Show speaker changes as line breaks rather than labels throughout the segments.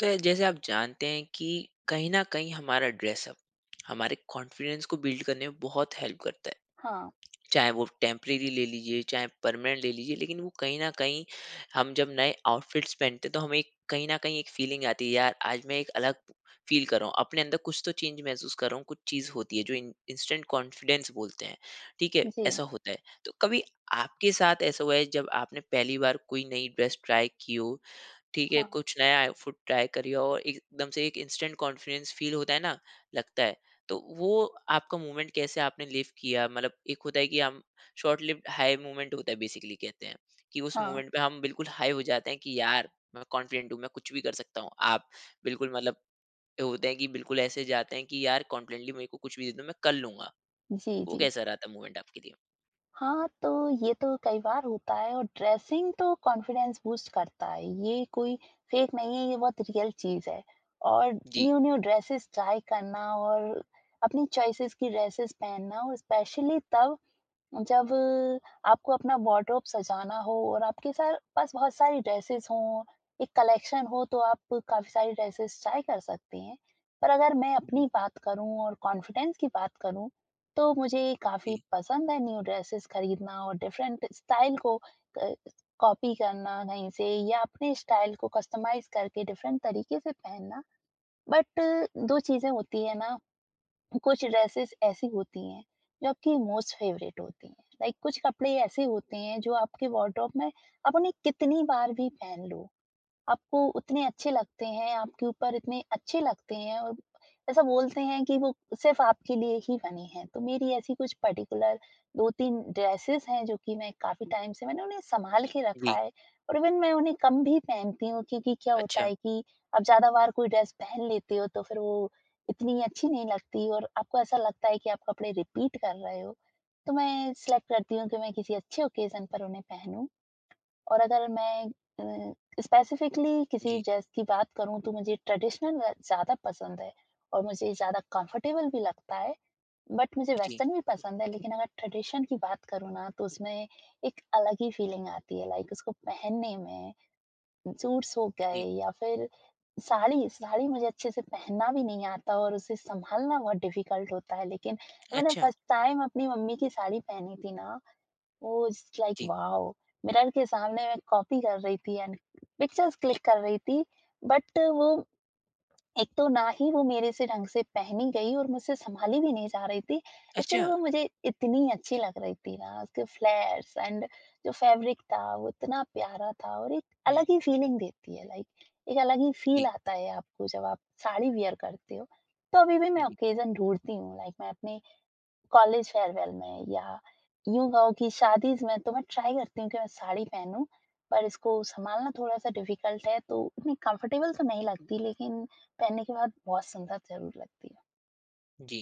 तो जैसे आप जानते हैं कि कहीं ना कहीं हमारा ड्रेसअप हमारे कॉन्फिडेंस को बिल्ड करने में बहुत हेल्प करता है।
हाँ,
चाहे वो टेम्परेरी ले लीजिए चाहे परमानेंट ले लीजिए, लेकिन वो कहीं ना कहीं हम जब नए आउटफिट्स पहनते हैं तो हमें कहीं ना कहीं एक फीलिंग आती है, यार आज मैं एक अलग फील कर रहा हूँ, अपने अंदर कुछ तो चेंज महसूस कर रहा हूँ। कुछ चीज़ होती है जो इंस्टेंट कॉन्फिडेंस बोलते हैं। ठीक है,
जी,
ऐसा होता है। तो कभी आपके साथ ऐसा हुआ है जब आपने पहली बार कोई नई ड्रेस ट्राई की हो? ठीक है,
हाँ,
कुछ नया फूड ट्राई करिए और एकदम से एक इंस्टेंट कॉन्फिडेंस फ़ील होता है ना, लगता है। तो वो आपका मूवमेंट कैसे आपने लिव किया? मतलब एक होता है कि हम शॉर्ट लिव्ड हाई मूवमेंट होता है बेसिकली कहते हैं, कि उस
हाँ,
मूवमेंट पे हम बिल्कुल हाई हो जाते हैं कि यार, मैं कॉन्फिडेंट हूँ, मैं कुछ भी कर सकता हूँ। आप बिल्कुल मतलब होते हैं कि बिल्कुल ऐसे जाते हैं कि यार कॉन्फिडेंटली मेरे को कुछ भी दे दो, मैं कर लूँगा।
जी,
वो
जी।
कैसा रहा था मूवमेंट आपके लिए?
हाँ, तो ये तो कई बार होता है और ड्रेसिंग तो कॉन्फिडेंस बूस्ट करता है, ये कोई फेक नहीं है, ये बहुत रियल चीज़ है। और
जी,
न्यू-न्यू ड्रेसेस ट्राई करना और अपनी चॉइसेस की ड्रेसेस पहनना और स्पेशली तब जब आपको अपना वार्डरोब सजाना हो और आपके सार पास बहुत सारी ड्रेसेस हों, एक कलेक्शन हो तो आप काफ़ी सारी ड्रेसेस ट्राई कर सकते हैं। पर अगर मैं
जी,
अपनी बात करूँ और कॉन्फिडेंस की बात करूँ, तो मुझे काफ़ी
जी,
पसंद है न्यू ड्रेसेस खरीदना और डिफरेंट स्टाइल को क कॉपी करना कहीं से या अपने स्टाइल को कस्टमाइज़ करके डिफरेंट तरीके से पहनना। बट 2 चीज़ें होती है ना। कुछ ड्रेसेस ऐसी होती हैं जो आपकी मोस्ट फेवरेट होती हैं। लाइक कुछ कपड़े ऐसे होते हैं जो आपके वार्डरोब में आप उन्हें कितनी बार भी पहन लो, आपको उतने अच्छे लगते हैं, आपके ऊपर इतने अच्छे लगते हैं और ऐसा बोलते हैं कि वो सिर्फ़ आपके लिए ही बने हैं। तो मेरी ऐसी कुछ पर्टिकुलर 2-3 ड्रेसेज़ हैं जो कि मैं काफ़ी टाइम से मैंने उन्हें सँभाल के रखा
जी।
है। और इवन मैं उन्हें कम भी पहनती हूँ, क्योंकि क्या होता
अच्छा,
है कि आप ज़्यादा बार कोई ड्रेस पहन लेते हो तो फिर वो इतनी अच्छी नहीं लगती और आपको ऐसा लगता है कि आप कपड़े रिपीट कर रहे हो। तो मैं सेलेक्ट करती हूँ कि मैं किसी अच्छे ओकेज़न पर उन्हें पहनूँ। और अगर मैं अ, स्पेसिफिकली किसी
जी,
ड्रेस की बात करूँ तो मुझे ट्रेडिशनल वे ज़्यादा पसंद है और मुझे ज़्यादा कंफर्टेबल भी लगता है। बट मुझे
जी,
वेस्टर्न भी पसंद है, लेकिन अगर ट्रेडिशन की बात करूँ ना, तो उसमें एक अलग ही फीलिंग आती है। लाइक उसको पहनने में सूट्स हो गए
जी।
या फिर साड़ी, साड़ी मुझे अच्छे से पहनना भी नहीं आता और उसे सँभालना बहुत डिफ़िकल्ट होता है। लेकिन मैंने
अच्छा,
फर्स्ट टाइम अपनी मम्मी की साड़ी पहनी थी ना, ओह! इट्स लाइक
जी।
वॉव! मिरर के सामने मैं कॉपी कर रही थी एंड पिक्चर्स क्लिक कर रही थी, बट वो एक तो ना ही वो मेरे से ढंग से पहनी गई और मुझसे सँभाली भी नहीं जा रही थी। स्टिल
अच्छा,
वो मुझे इतनी अच्छी लग रही थी ना, उसके फ्लेयर्स एंड जो फैब्रिक था, वो इतना प्यारा था और एक
हुँ,
अलग ही फीलिंग देती है। लाइक एक अलग ही
जी।
फ़ील आता है आपको जब आप साड़ी वियर करते हो। तो अभी भी मैं
जी,
ऑकेज़न ढूँढती हूँ, लाइक मैं अपने कॉलेज फेयरवेल में या यूँ कहो कि शादीज़ में तो मैं ट्राई करती हूँ कि मैं साड़ी पहनूँ, पर इसको सँभालना थोड़ा-सा डिफ़िकल्ट है तो इतनी कंफर्टेबल तो नहीं लगती, लेकिन पहनने के बाद बहुत सुंदर ज़रूर लगती है।
जी।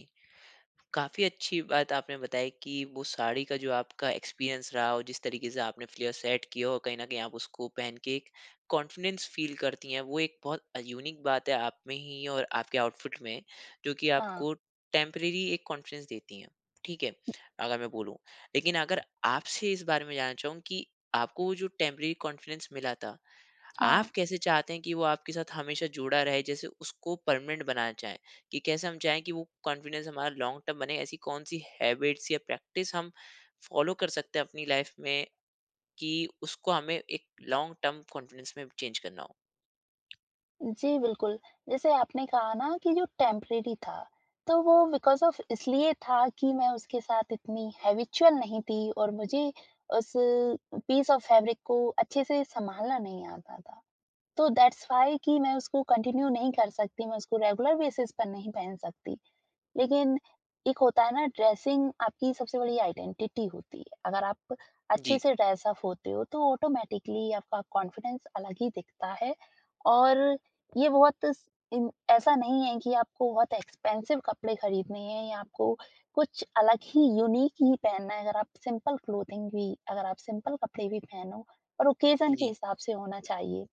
काफ़ी अच्छी बात आपने बताई कि वो साड़ी का जो आपका एक्सपीरियंस रहा और जिस तरीके से आपने फ्लेयर सेट किया और कहीं न कहीं आप उसको पहन के एक कॉन्फिडेंस फ़ील करती हैं, वो एक बहुत यूनिक बात है आप में ही और आपके आउटफिट में, जो कि
हाँ।
आपको टेम्परेरी एक कॉन्फिडेंस देती हैं। ठीक है, अगर मैं बोलूँ। लेकिन अगर आपसे इस बारे में जानना चाहूँ कि आपको वो जो टेम्परेरी कॉन्फिडेंस मिला था,
हाँ।
आप कैसे चाहते हैं कि वो आपके साथ हमेशा जुड़ा रहे, जैसे उसको परमानेंट बनाना चाहें, कि कैसे हम चाहें कि वो कॉन्फिडेंस हमारा लॉन्ग टर्म बने। ऐसी कौन सी हैबिट्स या प्रैक्टिस हम फॉलो कर सकते हैं अपनी लाइफ में, कि उसको हमें एक लॉन्ग टर्म कॉन्फिडेंस में चेंज करना हो?
जी, बिल्कुल। जैसे आपने कहा ना कि जो टेम्परेरी था, तो वो बिकॉज़ ऑफ इसलिए था कि मैं उसके साथ इतनी हैबिचुअल नहीं थी और मुझे उस पीस ऑफ फैब्रिक को अच्छे से सँभालना नहीं आता था। तो दैट्स व्हाई कि मैं उसको कंटिन्यू नहीं कर सकती, मैं उसको रेगुलर बेसिस पर नहीं पहन सकती। लेकिन एक होता है ना, ड्रेसिंग आपकी सबसे बड़ी आइडेंटिटी होती है। अगर आप
जी,
अच्छे से ड्रेस अप होते हो तो ऑटोमैटिकली आपका कॉन्फिडेंस अलग ही दिखता है। और ये बहुत स इन ऐसा नहीं है कि आपको बहुत एक्सपेंसिव कपड़े खरीदने हैं या आपको कुछ अलग ही यूनिक ही पहनना है। अगर आप सिंपल क्लोथिंग भी अगर आप सिंपल कपड़े भी पहनो, और ओकेज़न के
जी,
हिसाब से होना चाहिए।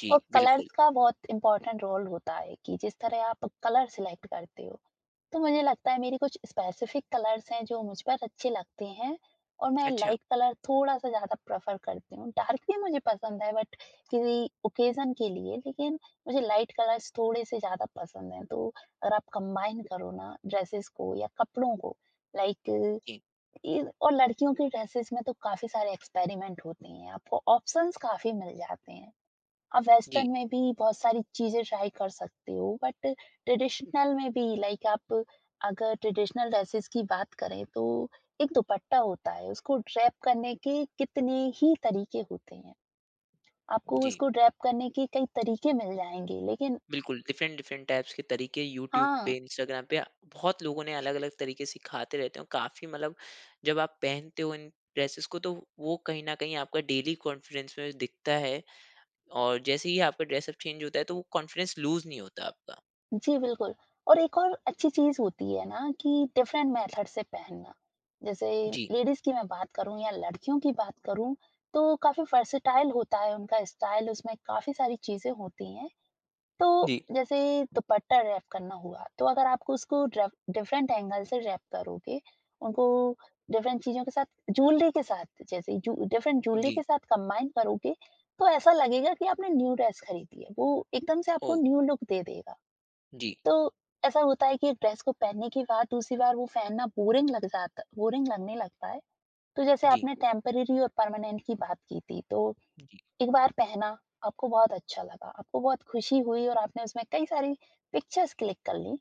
जी
और
बिल्कुल,
कलर्स का बहुत इम्पोर्टेंट रोल होता है कि जिस तरह आप कलर सिलेक्ट करते हो। तो मुझे लगता है मेरी कुछ स्पेसिफ़िक कलर्स हैं जो मुझ पर अच्छे लगते हैं, और मैं
अच्छा,
लाइट कलर थोड़ा-सा ज़्यादा प्रेफ़र करती हूँ। डार्क भी मुझे पसंद है, बट किसी ओकेज़न के लिए, लेकिन मुझे लाइट कलर्स थोड़े-से ज़्यादा पसंद हैं। तो अगर आप कंबाइन करो ना ड्रेसेस को या कपड़ों को, लाइक
जी,
इ और लड़कियों की ड्रेसेस में तो काफ़ी सारे एक्सपेरिमेंट होते हैं। आपको ऑप्शंस काफ़ी मिल जाते हैं। आप
जी,
वेस्टर्न में भी बहुत सारी चीज़ें ट्राई कर सकते हो, बट ट्रेडिशनल में भी। लाइक आप अगर ट्रेडिशनल ड्रेसेस की बात करें तो एक दुपट्टा होता है, उसको ड्रैप करने के कितने ही तरीके होते हैं। आपको
जी।
उसको ड्रैप करने के कई तरीके मिल जाएंगे, लेकिन
बिल्कुल, डिफरेंट डिफरेंट टाइप्स के तरीके यूट्यूब पे,
हाँ,
इंस्टाग्राम पे बहुत लोगों ने अलग-अलग तरीके सिखाते रहते हैं और काफ़ी मतलब जब आप पहनते हो इन ड्रेसेस को, तो वो कहीं न कहीं आपका डेली कॉन्फिडेंस में दिखता है और जैसे ही आपका ड्रेसअप चेंज होता है तो वो कॉन्फिडेंस लूज़ नहीं होता आपका।
जी, बिल्कुल। और एक और अच्छी चीज़ होती है ना, कि डिफरेंट मेथड से पहनना। जैसे
जी।
लेडीज़ की मैं बात करूँ या लड़कियों की बात करूँ, तो काफ़ी वर्सेटाइल होता है उनका स्टाइल, उसमें काफ़ी सारी चीज़ें होती हैं। तो
जी।
जैसे दुपट्टा रैप करना हुआ, तो अगर आप उसको ड्रैप डिफरेंट एंगल से रैप करोगे, उनको डिफरेंट चीज़ों के साथ, ज्वेलरी के साथ, जैसे जू डिफरेंट ज्वेलरी
जी।
के साथ कंबाइन करोगे, तो ऐसा लगेगा कि आपने न्यू ड्रेस खरीदी है। वो एकदम से आपको
ओह!
न्यू लुक दे देगा।
जी,
तो ऐसा होता है कि एक ड्रेस को पहनने के बाद दूसरी बार वो पहनना बोरिंग लग जाता बोरिंग लगने लगता है। तो जैसे
जी,
आपने टेम्परेरी और परमानेंट की बात की थी, तो
जी,
एक बार पहना, आपको बहुत अच्छा लगा, आपको बहुत खुशी हुई और आपने उसमें कई सारी पिक्चर्स क्लिक कर ली।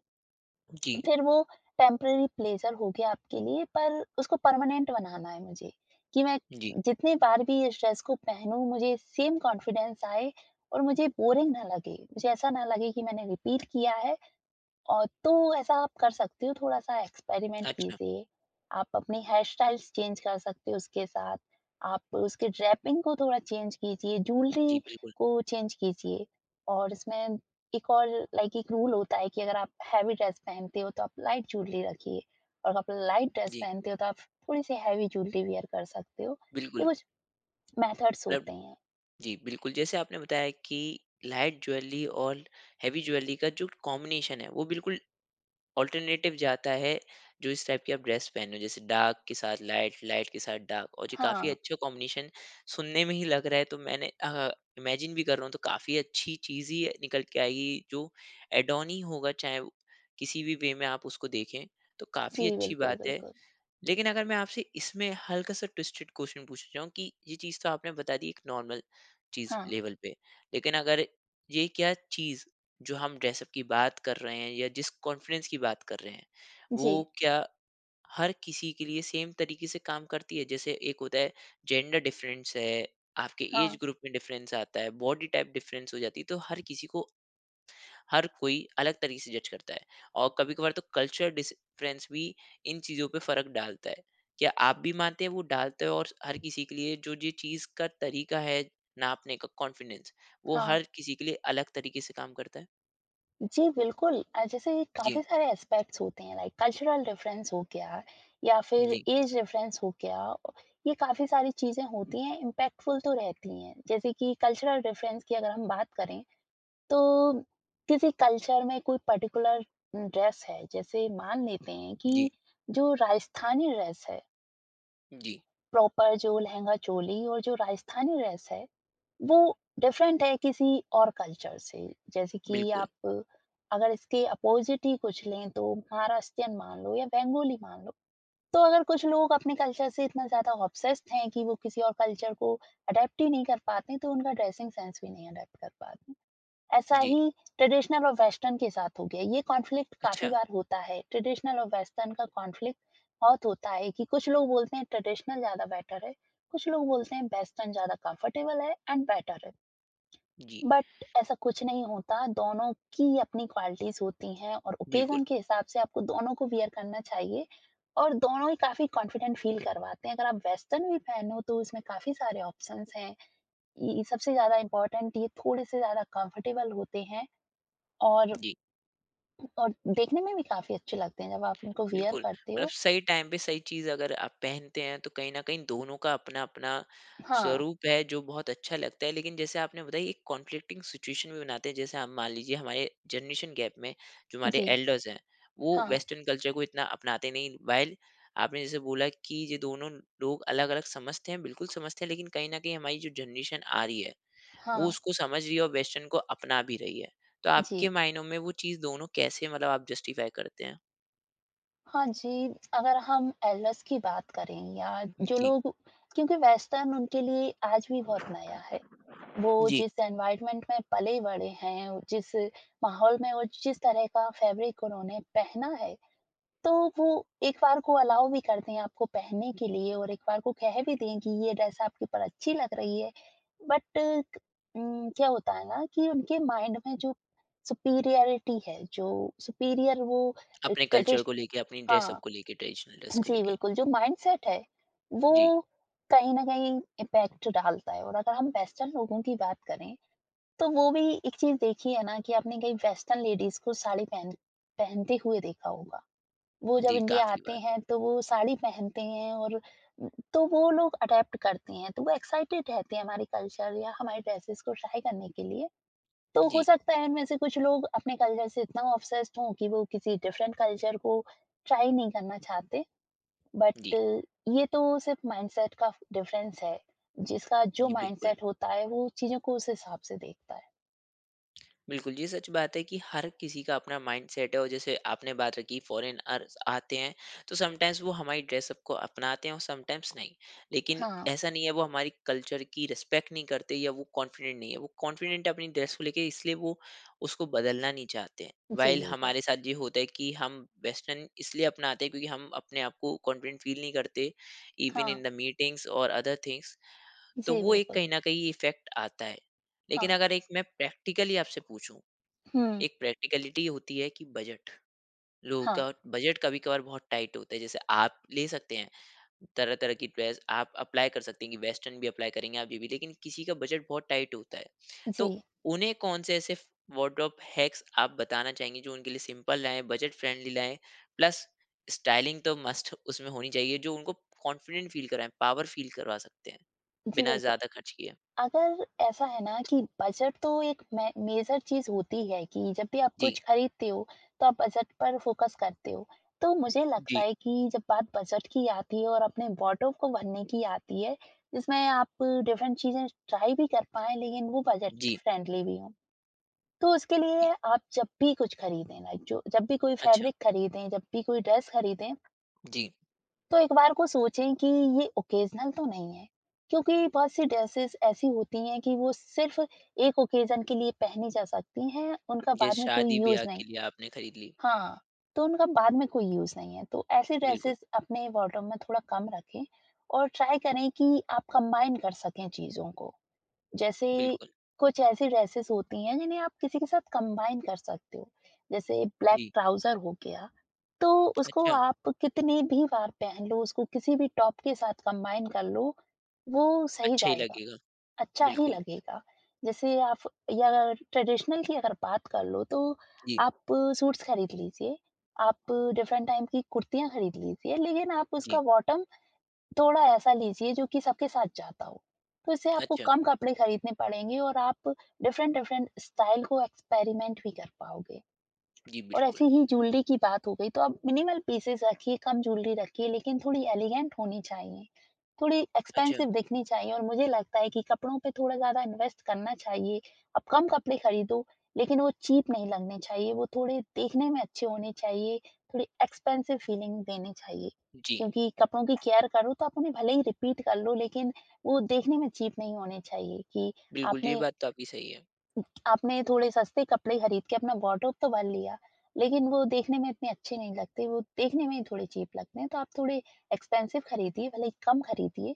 जी,
फिर वो टेम्परेरी प्लेज़र हो गया आपके लिए, पर उसको परमानेंट बनाना है मुझे, कि मैं
जी।
जितनी बार भी इस ड्रेस को पहनूँ मुझे सेम कॉन्फिडेंस आए और मुझे बोरिंग ना लगे। मुझे ऐसा ना लगे कि मैंने रिपीट किया है, और तो ऐसा आप कर सकते हो, थोड़ा-सा एक्सपेरिमेंट
अच्छा,
कीजिए। आप अपनी हेयर स्टाइल्स चेंज कर सकते हो उसके साथ। आप उसकी ड्रेपिंग को थोड़ा चेंज कीजिए,
जी
ज्वेलरी
बिल्कुल,
को चेंज कीजिए, और इसमें एक और लाइक एक रूल होता है कि अगर आप हेवी ड्रेस पहनते हो तो आप लाइट ज्वेलरी रखिए, और अगर आप लाइट ड्रेस
जी,
पहनते हो तो आप थोड़ी-सी हेवी ज्वेलरी वियर कर सकते हो। ये
बिल्कुल।
कुछ मेथड्स
मतलब
होते हैं।
जी, बिल्कुल, जैसे आपने बताया कि लाइट ज्वेलरी और हेवी ज्वेलरी का जो कॉम्बिनेशन है वो बिल्कुल ऑल्टरनेटिव जाता है, जो इस टाइप की आप ड्रेस पहने हो, जैसे डार्क के साथ लाइट, लाइट के साथ डार्क, और ये काफी
हाँ।
अच्छा कॉम्बिनेशन सुनने में ही लग रहा है, तो मैंने इमेजिन भी कर रहा हूँ तो काफी अच्छी चीज ही निकल के आएगी, जो एड ऑन ही होगा, चाहे वो किसी भी वे में आप उसको देखें, तो
जी,
काफी अच्छी
बिल्कुल,
बात है।
बिल्कुल।
लेकिन अगर मैं आपसे इसमें हल्का सा ट्विस्टेड क्वेश्चन पूछना चाहूँ, कि ये चीज़ तो आपने बता दी एक नॉर्मल चीज़
हाँ।
लेवल पे, लेकिन अगर ये क्या चीज़ जो हम ड्रेसअप की बात कर रहे हैं या जिस कॉन्फिडेंस की बात कर रहे हैं,
जी।
वो क्या हर किसी के लिए सेम तरीके से काम करती है? जैसे एक होता है जेंडर डिफरेंस है, आपके एज
हाँ,
ग्रुप में डिफरेंस आता है, बॉडी टाइप डिफरेंस हो जाती है, तो हर किसी को हर कोई अलग तरीके से जज करता है, और कभी कभार तो कल्चर डिफरेंस भी इन चीज़ों पे फर्क डालता है। क्या आप भी मानते हैं वो डालते हैं, और हर किसी के लिए जो ये चीज़ का तरीका है नापने का कॉन्फिडेंस, वो
हाँ।
हर किसी के लिए अलग तरीके से काम करता है?
जी, बिल्कुल। जैसे
जी,
काफ़ी सारे एस्पेक्ट्स होते हैं, लाइक कल्चरल डिफ़रेंस हो गया या फिर
जी,
एज डिफ़रेंस हो गया। ये काफ़ी सारी चीज़ें होती हैं, इम्पैक्टफुल तो रहती हैं। जैसे कि कल्चरल डिफ़रेंस की अगर हम बात करें, तो किसी कल्चर में कोई पर्टिकुलर ड्रेस है, जैसे मान लेते हैं
जी,
कि जो राजस्थानी ड्रेस है,
जी
प्रॉपर जो लहंगा-चोली और जो राजस्थानी ड्रेस है, वो डिफरेंट है किसी और कल्चर से। जैसे कि
बिल्कुल,
आप अगर इसके अपोज़िट ही कुछ लें तो महाराष्ट्रीयन मान लो या बंगाली मान लो। तो अगर कुछ लोग अपने कल्चर से इतना ज़्यादा ऑब्सेस्ड हैं कि वो किसी और कल्चर को अडैप्ट ही नहीं कर पाते, तो उनका ड्रेसिंग सेंस भी नहीं अडैप्ट कर पाते। ऐसा
जी,
ही ट्रेडिशनल और वेस्टर्न के साथ हो गया। ये कॉन्फ्लिक्ट काफ़ी
अच्छा,
बार होता है। ट्रेडिशनल और वेस्टर्न का कॉन्फ्लिक्ट बहुत होता है कि कुछ लोग बोलते हैं ट्रेडिशनल ज़्यादा बेटर है, कुछ लोग बोलते हैं वेस्टर्न ज़्यादा कंफर्टेबल है एंड बेटर है।
जी,
बट ऐसा कुछ नहीं होता, दोनों की अपनी क्वालिटीज़ होती हैं और
बिल्कुल,
ओकेज़न के हिसाब से आपको दोनों को वियर करना चाहिए, और दोनों ही काफ़ी कॉन्फिडेंट फील करवाते हैं। अगर आप वेस्टर्न भी पहनो तो उसमें काफ़ी सारे ऑप्शंस हैं। ये सबसे ज़्यादा इम्पोर्टेंट, ये थोड़े से ज़्यादा कंफर्टेबल होते हैं, और
जी।
और देखने में भी काफ़ी अच्छे लगते हैं जब आप उनको वियर
बिल्कुल,
करते
मतलब
हो।
सही टाइम पे सही चीज़ अगर आप पहनते हैं, तो कहीं न कहीं दोनों का अपना-अपना
हाँ,
स्वरूप है, जो बहुत अच्छा लगता है। लेकिन जैसे आपने बताई एक कॉन्फ्लिक्टिंग सिचुएशन भी बनाते हैं, जैसे हम मान लीजिए हमारे जनरेशन गैप में जो हमारे
जी।
एल्डर्स हैं, वो
हाँ,
वेस्टर्न कल्चर को इतना अपनाते नहीं, व्हाइल आपने जैसे बोला कि ये दोनों लोग अलग-अलग समझते हैं, बिल्कुल समझते हैं, लेकिन कहीं न कहीं हमारी जो जनरेशन आ रही है, वो
हाँ,
उसको समझ रही है और वेस्टर्न को अपना भी रही है। तो आपके
जी।
मायनों में वो चीज़ दोनों कैसे, मतलब आप जस्टिफ़ाई करते हैं?
हाँ जी, अगर हम एल्विस की बात करें या जो
जी।
लोग, क्योंकि वेस्टर्न उनके लिए आज भी बहुत नया है। वो
जी।
जिस एनवायरनमेंट में पले-बड़े हैं, जिस माहौल में और जिस तरह का फैब्रिक उन्होंने पहना है, तो वो एक बार को अलाउ भी करते हैं आपको पहनने के लिए और एक बार को कह भी दें कि ये ड्रेस आपके ऊपर अच्छी लग रही है। बट क्या होता है ना कि उनके माइंड में जो सुपीरियरिटी है, जो सुपीरियर वो
अपने कल्चर
ट्रेडिश
को लेके, अपनी ड्रेसअप
हाँ।
को लेके, ट्रेडिशनल ड्रेस को
जी,
लेके।
बिल्कुल, जो माइंडसेट है, वो
जी,
कहीं न कहीं इम्पैक्ट डालता है। और अगर हम वेस्टर्न लोगों की बात करें, तो वो भी एक चीज़ देखी है ना कि आपने कहीं वेस्टर्न लेडीज़ को साड़ी पहन पहनते हुए देखा होगा। वो जब
जी,
इंडिया
काफ़ी
आते
बार।
हैं, तो वो साड़ी पहनते हैं और तो वो लोग अडैप्ट करते हैं, तो वो एक्साइटेड रहते हैं हमारे कल्चर या हमारे ड्रेसेज़ को ट्राई करने के लिए। तो
जी,
हो सकता है उनमें से कुछ लोग अपने कल्चर से इतना ऑब्सेस्ड हों कि वो किसी डिफरेंट कल्चर को ट्राई नहीं करना चाहते। बट
जी,
ये तो सिर्फ माइंडसेट का डिफरेंस है। जिसका जो
जी, बिल्कुल।
माइंडसेट होता है वो चीज़ों को उस हिसाब से देखता है।
बिल्कुल, ये सच बात है कि हर किसी का अपना माइंडसेट है, और जैसे आपने बात रखी फ़ॉरेनर्स आते हैं, तो समटाइम्स वो हमारी ड्रेसअप को अपनाते हैं और समटाइम्स नहीं। लेकिन
हाँ,
ऐसा नहीं है वो हमारी कल्चर की रिस्पेक्ट नहीं करते या वो कॉन्फिडेंट नहीं है। वो कॉन्फिडेंट है अपनी ड्रेस को लेके, इसलिए वो उसको बदलना नहीं चाहते हैं।
जी
व्हाइल
बिल्कुल।
हमारे साथ ये होता है कि हम वेस्टर्न इसलिए अपनाते हैं क्योंकि हम अपने आप को कॉन्फिडेंट फ़ील नहीं करते, इवन
हाँ,
इन द मीटिंग्स और अदर थिंग्स। तो
जी
वो एक
बिल्कुल।
कहीं न कहीं इफ़ेक्ट आता है। लेकिन
हाँ,
अगर एक मैं प्रैक्टिकली आपसे पूछूँ,
हुँ,
एक प्रैक्टिकलिटी होती है कि बजट, लोगों
हाँ,
का बजट कभी कभार बहुत टाइट होता है, जैसे आप ले सकते हैं तरह तरह की ड्रेस आप अप्लाई कर सकते हैं कि वेस्टर्न भी अप्लाई करेंगे आप ये भी, लेकिन किसी का बजट बहुत टाइट होता है। तो
जी।
उन्हें कौन से ऐसे वार्डरोब हैक्स आप बताना चाहेंगे जो उनके लिए सिंपल लाएं, बजट फ्रेंडली लाएं, प्लस स्टाइलिंग तो मस्ट उसमें होनी चाहिए, जो उनको कॉन्फिडेंट फील कराएं, पावर फील करवा सकते हैं
जी
बिना
बिल्कुल।
ज्यादा खर्च किए?
अगर ऐसा है ना कि बजट तो एक मे मेजर चीज़ होती है कि जब भी आप
जी,
कुछ खरीदते हो, तो आप बजट पर फ़ोकस करते हो। तो मुझे लगता
जी,
है कि जब बात बजट की आती है और अपने वार्डरोब को भरने की आती है, जिसमें आप डिफ़रेंट चीज़ें ट्राई भी कर पाएँ, लेकिन वो बजट
जी,
फ्रेंडली भी हों। तो उसके लिए
जी,
आप जब भी कुछ खरीदें, लाइक जो जब भी कोई
अच्छा,
फ़ैब्रिक खरीदें, जब भी कोई ड्रेस खरीदें,
जी।
तो एक बार को सोचें कि ये ओकेजनल तो नहीं है, क्योंकि बहुत सी ड्रेसेस ऐसी होती हैं कि वो सिर्फ एक ओकेजन के लिए पहनी जा सकती हैं, उनका
ये
बाद में कोई यूज़
शादी-ब्याह के
नहीं।
लिए आपने खरीद ली।
हाँ, तो उनका बाद में कोई यूज़ नहीं है। तो ऐसी
बिल्कुल,
ड्रेसेस अपने वार्डरोब में थोड़ा कम रखें और ट्राई करें कि आप कंबाइन कर सकें चीज़ों को। जैसे
बिल्कुल।
कुछ ऐसी ड्रेसेस होती हैं जिन्हें आप किसी के साथ कंबाइन कर सकते हो। जैसे ब्लैक
जी,
ट्राउजर हो गया, तो उसको
अच्छा,
आप कितनी भी बार पहन लो, उसको किसी भी टॉप के साथ कंबाइन कर लो, वो सही
अच्छा ही
जाएगा,
लगेगा।
अच्छा ही
बिल्कुल,
लगेगा। जैसे आप या ट्रेडिशनल की अगर बात कर लो, तो
जी,
आप सूट्स खरीद लीजिए, आप डिफरेंट टाइप की कुर्तियां खरीद लीजिए, लेकिन आप
जी।
उसका बॉटम थोड़ा ऐसा लीजिए जो कि सबके साथ जाता हो। तो इससे आपको
अच्छा,
कम कपड़े खरीदने पड़ेंगे और आप डिफरेंट डिफरेंट स्टाइल को एक्सपेरिमेंट भी कर पाओगे।
जी
और
बिल्कुल।
ऐसे ही ज्वेलरी की बात हो गई तो आप मिनिमल पीसेस रखिए, कम ज्वेलरी रखिए, लेकिन थोड़ी एलिगेंट होनी चाहिए, थोड़ी
अच्छा,
एक्सपेंसिव दिखनी चाहिए, और मुझे लगता है कि कपड़ों पे थोड़ा ज़्यादा इन्वेस्ट करना चाहिए। आप कम कपड़े खरीदो, लेकिन वो चीप नहीं लगने चाहिए, वो थोड़े देखने में अच्छे होने चाहिए, थोड़ी एक्सपेंसिव फीलिंग देनी चाहिए।
जी,
क्योंकि कपड़ों की केयर करो तो आप उन्हें भले ही रिपीट कर लो, लेकिन वो देखने में चीप नहीं होने चाहिए कि
बिल्कुल ये
आपने
बात तो आपकी सही है।
आपने थोड़े सस्ते कपड़े खरीद के अपना वार्डरोब तो भर लिया, लेकिन वो देखने में इतने अच्छे नहीं लगते, वो देखने में ही थोड़े चीप लगते हैं, तो आप थोड़े एक्सपेंसिव खरीदिए, भले ही कम खरीदिए,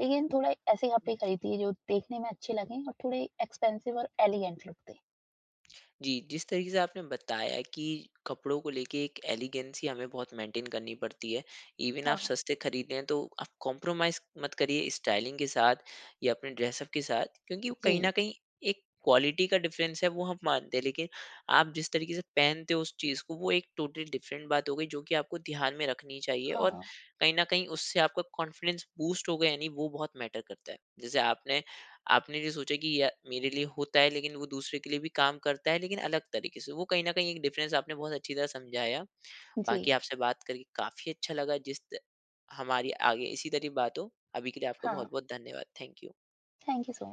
लेकिन थोड़ा ऐसे कपड़े
जी।
खरीदिए जो देखने में अच्छे लगें और थोड़े एक्सपेंसिव और एलिगेंट लुक दें।
जी, जिस तरीके से आपने बताया कि कपड़ों को लेके एक एलिगेंसी हमें बहुत मेंटेन करनी पड़ती है। इवन आप
हाँ,
सस्ते खरीद रहे हैं तो आप कॉम्प्रोमाइज़ मत करिए स्टाइलिंग के साथ या अपने ड्रेसअप के साथ, क्योंकि वो
जी।
कहीं न कहीं एक क्वालिटी का डिफ़रेंस है वो हम मानते हैं। लेकिन आप जिस तरीके से पहनते हो उस चीज़ को, वो एक टोटली डिफ़रेंट बात हो गई जो कि आपको ध्यान में रखनी चाहिए, और
हाँ,
कहीं न कहीं उससे आपका कॉन्फिडेंस बूस्ट होगा या नहीं वो बहुत मैटर करता है। जैसे आपने आपने ये सोचा कि या मेरे लिए होता है, लेकिन वो दूसरे के लिए भी काम करता है लेकिन अलग तरीके से। वो कहीं न कहीं एक डिफ़रेंस आपने बहुत अच्छी तरह समझाया।
जी।
बाकी आपसे बात करके काफ़ी अच्छा लगा। जिस त हमारी आगे इसी तरह बात हो। अभी के लिए आपका
हाँ,
बहुत-बहुत धन्यवाद। Thank you.
Thank you so much.